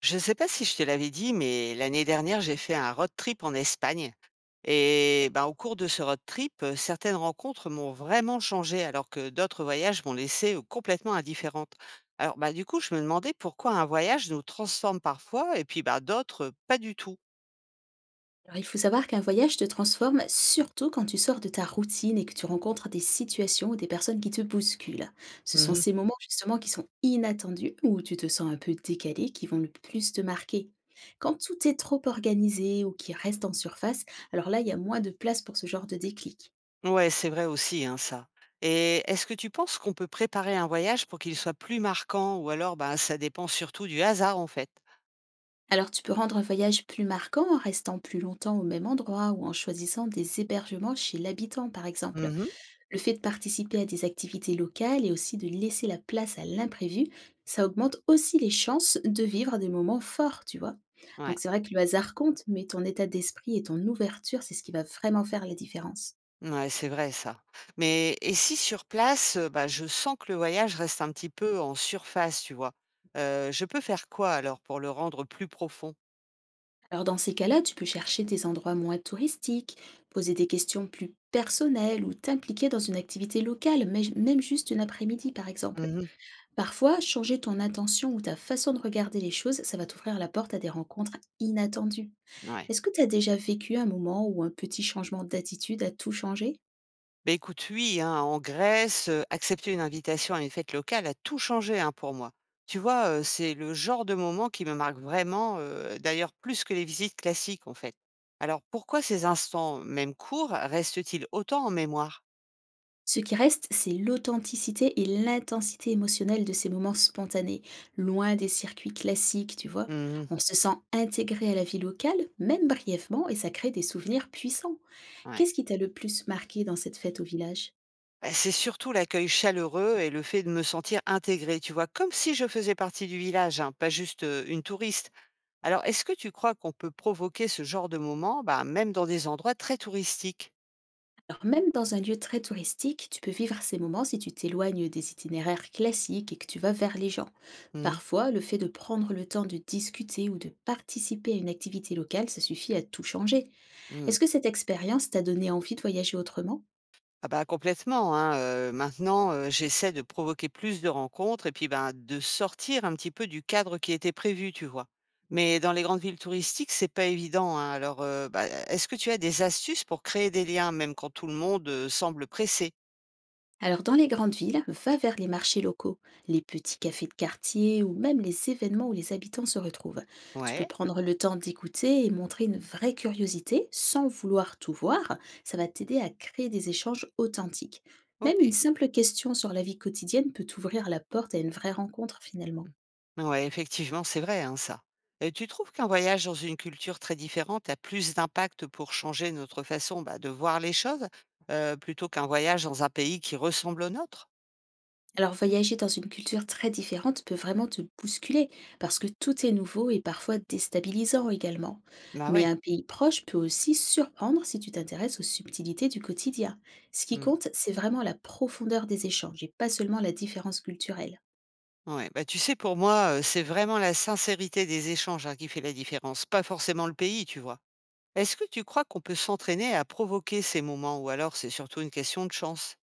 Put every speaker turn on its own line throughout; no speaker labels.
Je ne sais pas si je te l'avais dit, mais l'année dernière, j'ai fait un road trip en Espagne. Et ben, au cours de ce road trip, certaines rencontres m'ont vraiment changé, alors que d'autres voyages m'ont laissé complètement indifférente. Alors, bah du coup, je me demandais pourquoi un voyage nous transforme parfois et puis bah d'autres, pas du tout.
Alors, il faut savoir qu'un voyage te transforme surtout quand tu sors de ta routine et que tu rencontres des situations ou des personnes qui te bousculent. Ce sont
Mhm.
ces moments justement qui sont inattendus ou où tu te sens un peu décalé qui vont le plus te marquer. Quand tout est trop organisé ou qui reste en surface, alors là, il y a moins de place pour ce genre de déclic.
Ouais, c'est vrai aussi, hein, ça. Et est-ce que tu penses qu'on peut préparer un voyage pour qu'il soit plus marquant ou alors bah, ça dépend surtout du hasard, en fait?
Alors tu peux rendre un voyage plus marquant en restant plus longtemps au même endroit ou en choisissant des hébergements chez l'habitant par exemple.
Mhm.
Le fait de participer à des activités locales et aussi de laisser la place à l'imprévu, ça augmente aussi les chances de vivre des moments forts, tu vois?
Ouais.
Donc c'est vrai que le hasard compte, mais ton état d'esprit et ton ouverture, c'est ce qui va vraiment faire la différence.
Ouais, c'est vrai ça. Mais et si sur place, bah, je sens que le voyage reste un petit peu en surface, tu vois? Je peux faire quoi alors pour le rendre plus profond?
Alors dans ces cas-là, tu peux chercher des endroits moins touristiques, poser des questions plus personnelles ou t'impliquer dans une activité locale, même juste une après-midi par exemple.
Mmh.
Parfois, changer ton intention ou ta façon de regarder les choses, ça va t'ouvrir la porte à des rencontres inattendues.
Ouais.
Est-ce que tu as déjà vécu un moment où un petit changement d'attitude a tout changé?
Ben écoute, oui, hein, en Grèce, accepter une invitation à une fête locale a tout changé, hein, pour moi. Tu vois, c'est le genre de moment qui me marque vraiment, d'ailleurs plus que les visites classiques, en fait. Alors pourquoi ces instants, même courts, restent-ils autant en mémoire?
Ce qui reste, c'est l'authenticité et l'intensité émotionnelle de ces moments spontanés, loin des circuits classiques, tu vois.
Mmh.
On se sent intégré à la vie locale, même brièvement, et ça crée des souvenirs puissants.
Ouais.
Qu'est-ce qui t'a le plus marqué dans cette fête au village?
Bah, c'est surtout l'accueil chaleureux et le fait de me sentir intégrée, tu vois, comme si je faisais partie du village, hein, pas juste une touriste. Alors, est-ce que tu crois qu'on peut provoquer ce genre de moment, bah, même dans des endroits très touristiques?
Alors même dans un lieu très touristique, tu peux vivre ces moments si tu t'éloignes des itinéraires classiques et que tu vas vers les gens.
Mhm.
Parfois, le fait de prendre le temps de discuter ou de participer à une activité locale, ça suffit à tout changer.
Mhm.
Est-ce que cette expérience t'a donné envie de voyager autrement?
Ah bah complètement, hein. Maintenant, j'essaie de provoquer plus de rencontres et puis ben de sortir un petit peu du cadre qui était prévu, tu vois. Mais dans les grandes villes touristiques, c'est pas évident, hein. Alors, bah, est-ce que tu as des astuces pour créer des liens, même quand tout le monde semble pressé?
Alors dans les grandes villes, va vers les marchés locaux, les petits cafés de quartier ou même les événements où les habitants se retrouvent. Tu peux
Ouais.
prendre le temps d'écouter et montrer une vraie curiosité sans vouloir tout voir. Ça va t'aider à créer des échanges authentiques. Même une
OK.
simple question sur la vie quotidienne peut t'ouvrir la porte à une vraie rencontre finalement.
Mmh. Ouais, effectivement, c'est vrai, hein, ça. Et tu trouves qu'un voyage dans une culture très différente a plus d'impact pour changer notre façon, bah, de voir les choses, plutôt qu'un voyage dans un pays qui ressemble au nôtre?
Alors voyager dans une culture très différente peut vraiment te bousculer parce que tout est nouveau et parfois déstabilisant également.
Bah,
Mais
ouais.
un pays proche peut aussi surprendre si tu t'intéresses aux subtilités du quotidien. Ce qui
Mmh.
compte, c'est vraiment la profondeur des échanges et pas seulement la différence culturelle.
Ouais, bah, tu sais, pour moi, c'est vraiment la sincérité des échanges, hein, qui fait la différence, pas forcément le pays, tu vois? Est-ce que tu crois qu'on peut s'entraîner à provoquer ces moments ou alors c'est surtout une question de chance?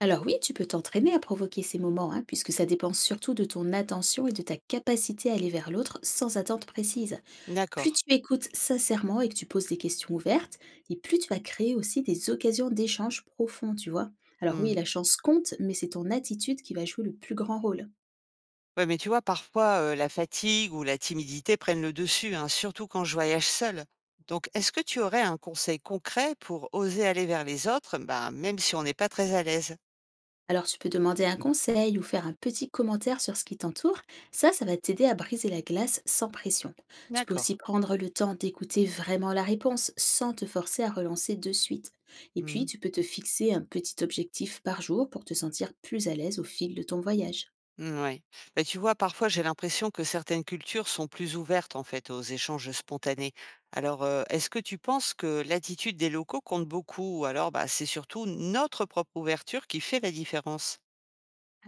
Alors oui, tu peux t'entraîner à provoquer ces moments, hein, puisque ça dépend surtout de ton attention et de ta capacité à aller vers l'autre sans attente précise.
D'accord.
Plus tu écoutes sincèrement et que tu poses des questions ouvertes, et plus tu vas créer aussi des occasions d'échange profonds, tu vois? Alors oui,
Mmh.
la chance compte, mais c'est ton attitude qui va jouer le plus grand rôle.
Ouais, mais tu vois, parfois, la fatigue ou la timidité prennent le dessus, hein, surtout quand je voyage seule. Donc, est-ce que tu aurais un conseil concret pour oser aller vers les autres, bah, même si on n'est pas très à l'aise?
Alors tu peux demander un conseil ou faire un petit commentaire sur ce qui t'entoure, ça va t'aider à briser la glace sans pression. Tu peux
D'accord.
aussi prendre le temps d'écouter vraiment la réponse sans te forcer à relancer de suite. Et
Mmh
puis,
mh.
tu peux te fixer un petit objectif par jour pour te sentir plus à l'aise au fil de ton voyage.
Mmh, ouais. Bah, tu vois, parfois, j'ai l'impression que certaines cultures sont plus ouvertes, en fait, aux échanges spontanés. Alors, est-ce que tu penses que l'attitude des locaux compte beaucoup? Ou alors, bah, c'est surtout notre propre ouverture qui fait la différence?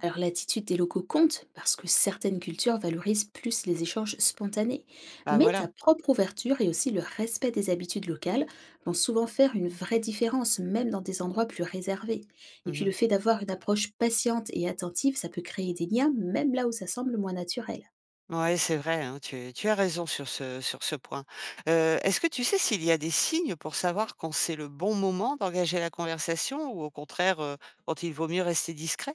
Alors l'attitude des locaux compte parce que certaines cultures valorisent plus les échanges spontanés,
Bah,
mais ta
voilà.
propre ouverture et aussi le respect des habitudes locales vont souvent faire une vraie différence, même dans des endroits plus réservés. Et puis
Mmh.
le fait d'avoir une approche patiente et attentive, ça peut créer des liens, même là où ça semble moins naturel.
Ouais, c'est vrai, hein, tu as raison sur ce point. Est-ce que tu sais s'il y a des signes pour savoir quand c'est le bon moment d'engager la conversation ou au contraire, quand il vaut mieux rester discret?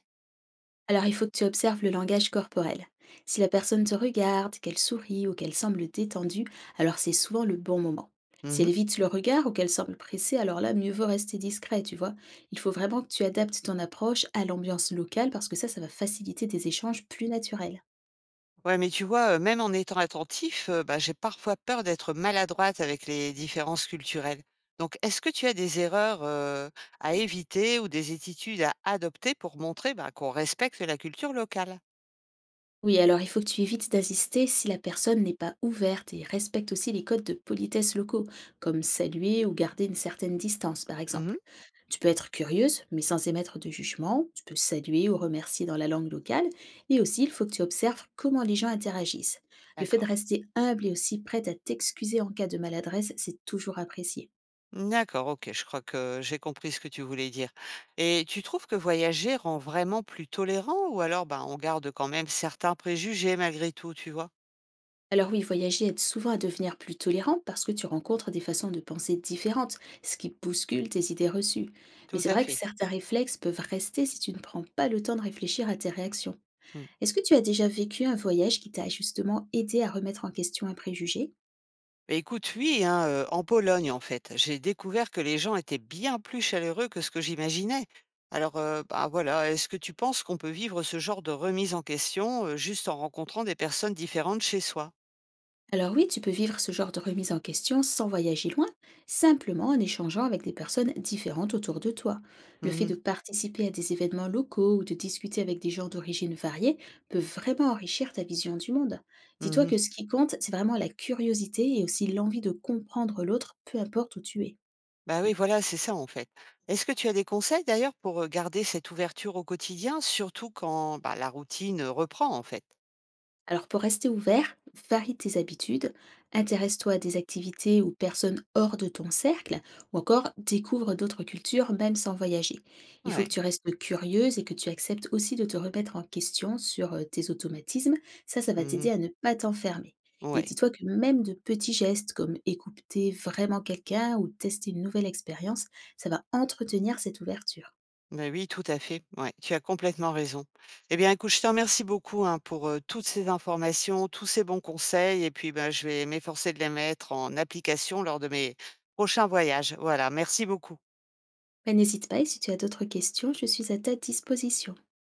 Alors il faut que tu observes le langage corporel. Si la personne te regarde, qu'elle sourit ou qu'elle semble détendue, alors c'est souvent le bon moment. Si elle
Mmh.
évite le regard ou qu'elle semble pressée, alors là, mieux vaut rester discret, tu vois. Il faut vraiment que tu adaptes ton approche à l'ambiance locale parce que ça va faciliter des échanges plus naturels.
Ouais, mais tu vois, même en étant attentif, bah, j'ai parfois peur d'être maladroite avec les différences culturelles. Donc est-ce que tu as des erreurs, à éviter ou des attitudes à adopter pour montrer, bah, qu'on respecte la culture locale?
Oui, alors il faut que tu évites d'assister si la personne n'est pas ouverte et respecte aussi les codes de politesse locaux, comme saluer ou garder une certaine distance, par
Mmh.
exemple. Tu peux être curieuse, mais sans émettre de jugement. Tu peux saluer ou remercier dans la langue locale. Et aussi, il faut que tu observes comment les gens interagissent. Le fait de
D'accord.
rester humble et aussi prête à t'excuser en cas de maladresse, c'est toujours apprécié.
D'accord, OK, je crois que j'ai compris ce que tu voulais dire. Et tu trouves que voyager rend vraiment plus tolérant ou alors ben, on garde quand même certains préjugés malgré tout, tu vois?
Alors oui, voyager aide souvent à devenir plus tolérant parce que tu rencontres des façons de penser différentes, ce qui bouscule tes idées reçues. Mais
Tout
c'est
à
vrai que
fait.
certains réflexes peuvent rester si tu ne prends pas le temps de réfléchir à tes réactions.
Mm.
Est-ce que tu as déjà vécu un voyage qui t'a justement aidé à remettre en question un préjugé?
Bah, écoute, oui, hein, en Pologne, en fait, j'ai découvert que les gens étaient bien plus chaleureux que ce que j'imaginais. Alors, bah, voilà, est-ce que tu penses qu'on peut vivre ce genre de remise en question juste en rencontrant des personnes différentes chez soi?
Alors oui, tu peux vivre ce genre de remise en question sans voyager loin, simplement en échangeant avec des personnes différentes autour de toi. Le fait
Mhm,
de participer à des événements locaux ou de discuter avec des gens d'origine variée peut vraiment enrichir ta vision du monde. Dis-toi
mhm.
que ce qui compte, c'est vraiment la curiosité et aussi l'envie de comprendre l'autre, peu importe où tu es.
Bah oui, voilà, c'est ça en fait. Est-ce que tu as des conseils d'ailleurs pour, garder cette ouverture au quotidien, surtout quand, bah, la routine, reprend en fait?
Alors pour rester ouvert, varie tes habitudes, intéresse-toi à des activités ou personnes hors de ton cercle, ou encore découvre d'autres cultures même sans voyager. Il faut que
Ouais.
tu restes curieuse et que tu acceptes aussi de te remettre en question sur tes automatismes, ça ça va t'aider
Mmh.
à ne pas t'enfermer. Et
Ouais.
dis-toi que même de petits gestes comme écouter vraiment quelqu'un ou tester une nouvelle expérience, ça va entretenir cette ouverture.
Bah oui, tout à fait. Ouais, tu as complètement raison. Eh bien écoute, je te remercie beaucoup, hein, pour, toutes ces informations, tous ces bons conseils et puis, bah, je vais m'efforcer de les mettre en application lors de mes prochains voyages. Voilà, merci beaucoup.
Ben, n'hésite pas et si tu as d'autres questions, je suis à ta disposition.